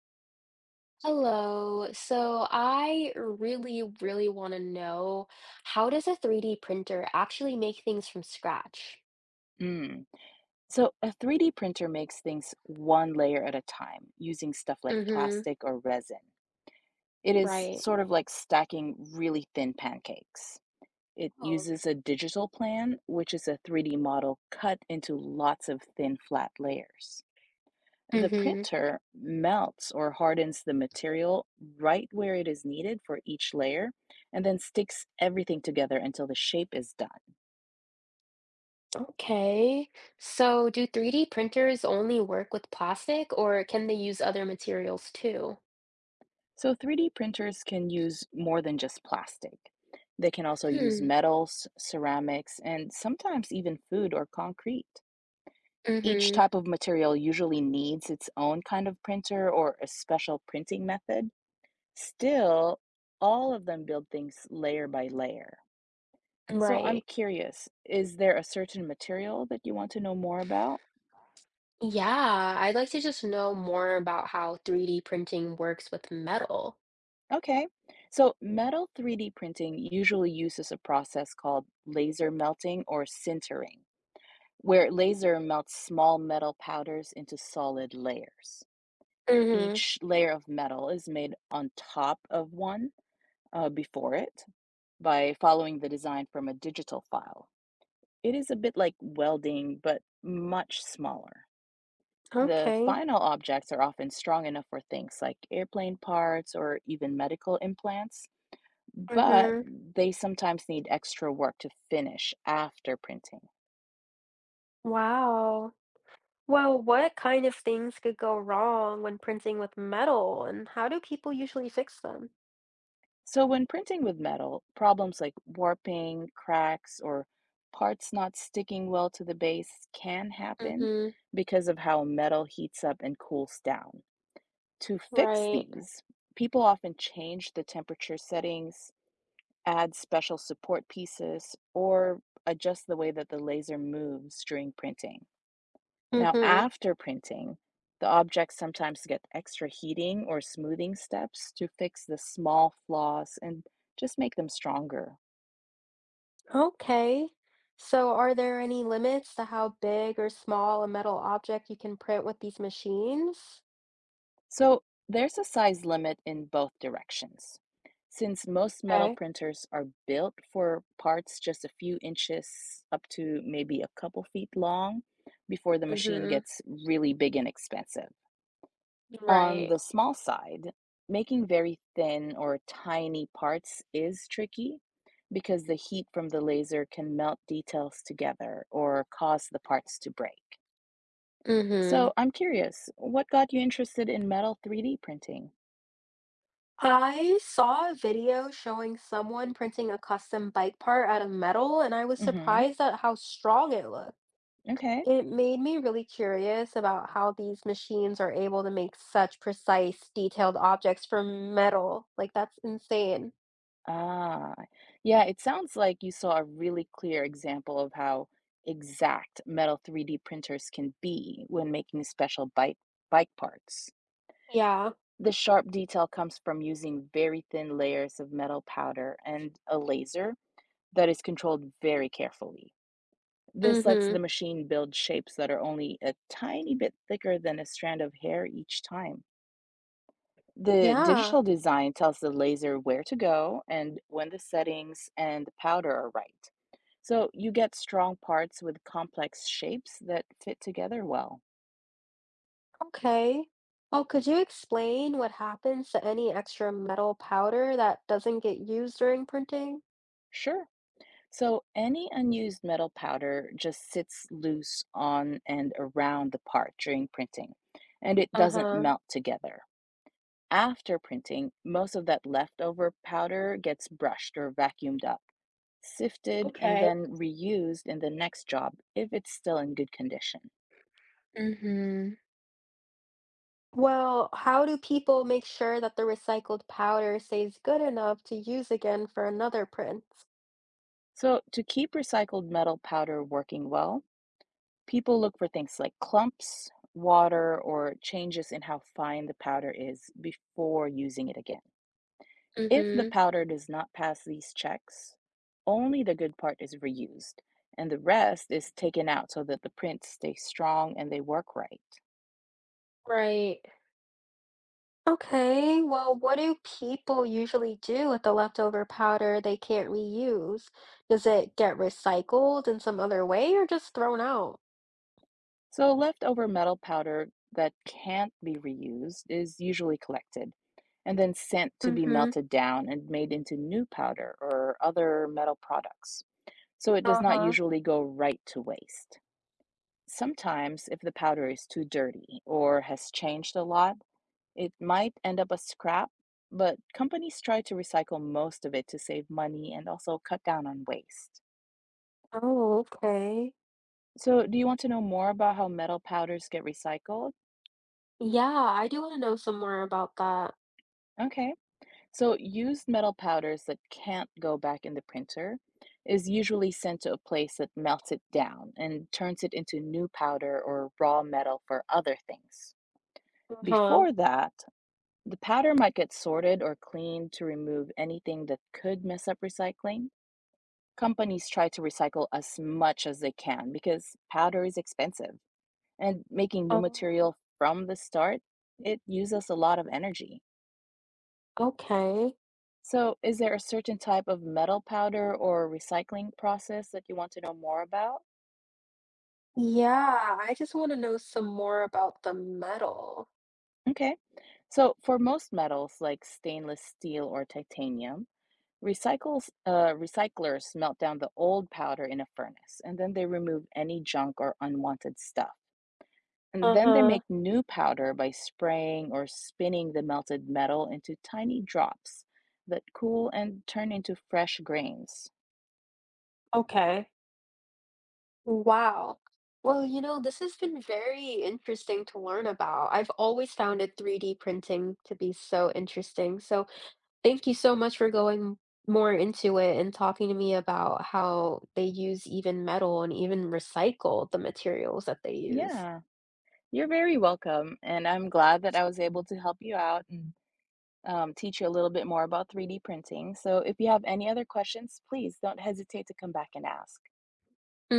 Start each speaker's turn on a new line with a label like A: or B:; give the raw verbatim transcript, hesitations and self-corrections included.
A: Hello. So I really, really want to know how does a three D printer actually make things from scratch?
B: Mm. So a three D printer makes things one layer at a time using stuff like
A: Mm-hmm.
B: plastic or resin. It is
A: Right.
B: sort of like stacking really thin pancakes. It
A: Oh.
B: uses a digital plan, which is a three D model cut into lots of thin flat layers. The
A: Mm-hmm.
B: printer melts or hardens the material right where it is needed for each layer and then sticks everything together until the shape is done.
A: Okay. So do three D printers only work with plastic or can they use other materials too?
B: So three D printers can use more than just plastic. They can also use
A: Hmm.
B: metals, ceramics, and sometimes even food or concrete. Each
A: Mm-hmm.
B: type of material usually needs its own kind of printer or a special printing method. Still, all of them build things layer by layer. So I'm
A: Right.
B: curious, is there a certain material that you want to know more about?
A: Yeah, I'd like to just know more about how three D printing works with metal.
B: Okay. So metal three D printing usually uses a process called laser melting or sintering where laser melts small metal powders into solid layers.
A: Mm-hmm.
B: Each layer of metal is made on top of one uh, before it by following the design from a digital file. It is a bit like welding, but much smaller. The
A: Okay.
B: final objects are often strong enough for things like airplane parts or even medical implants, but
A: Mm-hmm.
B: they sometimes need extra work to finish after printing.
A: Wow. Well, what kind of things could go wrong when printing with metal, and how do people usually fix them?
B: So when printing with metal, problems like warping, cracks, or parts not sticking well to the base can happen
A: Mm-hmm.
B: because of how metal heats up and cools down. To fix
A: Right.
B: these, people often change the temperature settings, add special support pieces, or adjust the way that the laser moves during printing. Now,
A: Mm-hmm.
B: after printing, the objects sometimes get extra heating or smoothing steps to fix the small flaws and just make them stronger.
A: Okay. So, are there any limits to how big or small a metal object you can print with these machines?
B: So there's a size limit in both directions, since most metal
A: Okay.
B: printers are built for parts just a few inches up to maybe a couple feet long before the machine
A: Mm-hmm.
B: gets really big and expensive. On
A: Right.
B: the small side, making very thin or tiny parts is tricky because the heat from the laser can melt details together or cause the parts to break.
A: Mm-hmm.
B: So I'm curious, what got you interested in metal three D printing?
A: I saw a video showing someone printing a custom bike part out of metal, and I was
B: Mm-hmm.
A: surprised at how strong it looked.
B: Okay.
A: It made me really curious about how these machines are able to make such precise, detailed objects from metal. Like, that's insane.
B: Ah, yeah, it sounds like you saw a really clear example of how exact metal three D printers can be when making special bike bike parts.
A: Yeah.
B: The sharp detail comes from using very thin layers of metal powder and a laser that is controlled very carefully. This lets the
A: Mm-hmm.
B: machine build shapes that are only a tiny bit thicker than a strand of hair each time. The
A: Yeah.
B: digital design tells the laser where to go, and when the settings and the powder are right, so you get strong parts with complex shapes that fit together well.
A: Okay. Oh, could you explain what happens to any extra metal powder that doesn't get used during printing?
B: Sure. So any unused metal powder just sits loose on and around the part during printing, and it doesn't
A: Uh-huh.
B: melt together. After printing, most of that leftover powder gets brushed or vacuumed up, sifted, and
A: Okay.
B: then reused in the next job if it's still in good condition.
A: Mm-hmm. Well, how do people make sure that the recycled powder stays good enough to use again for another print?
B: So, to keep recycled metal powder working well, people look for things like clumps, water, or changes in how fine the powder is before using it again. If the
A: Mm-hmm.
B: powder does not pass these checks, only the good part is reused, and the rest is taken out so that the prints stay strong and they work right.
A: Right. Okay, well, what do people usually do with the leftover powder they can't reuse? Does it get recycled in some other way or just thrown out?
B: So leftover metal powder that can't be reused is usually collected and then sent to be
A: Mm-hmm.
B: melted down and made into new powder or other metal products. So it does not
A: Uh-huh.
B: usually go right to waste. Sometimes, if the powder is too dirty or has changed a lot, it might end up as scrap, but companies try to recycle most of it to save money and also cut down on waste.
A: Oh, okay.
B: So, do you want to know more about how metal powders get recycled?
A: Yeah, I do want to know some more about that.
B: Okay. So used metal powders that can't go back in the printer is usually sent to a place that melts it down and turns it into new powder or raw metal for other things.
A: Uh-huh.
B: Before that, the powder might get sorted or cleaned to remove anything that could mess up recycling. Companies try to recycle as much as they can because powder is expensive, and making new
A: Oh,
B: material from the start, it uses a lot of energy.
A: okay.
B: So, is there a certain type of metal powder or recycling process that you want to know more about?
A: Yeah, I just want to know some more about the metal.
B: Okay. So, for most metals like stainless steel or titanium, recycles uh, recyclers melt down the old powder in a furnace, and then they remove any junk or unwanted stuff. And then they
A: Uh-huh.
B: make new powder by spraying or spinning the melted metal into tiny drops that cool and turn into fresh grains.
A: Okay. Wow. Well, you know, this has been very interesting to learn about. I've always found it three D printing to be so interesting. So thank you so much for going more into it and talking to me about how they use even metal and even recycle the materials that they use.
B: Yeah, you're very welcome. And I'm glad that I was able to help you out and um, teach you a little bit more about three D printing. So if you have any other questions, please don't hesitate to come back and ask.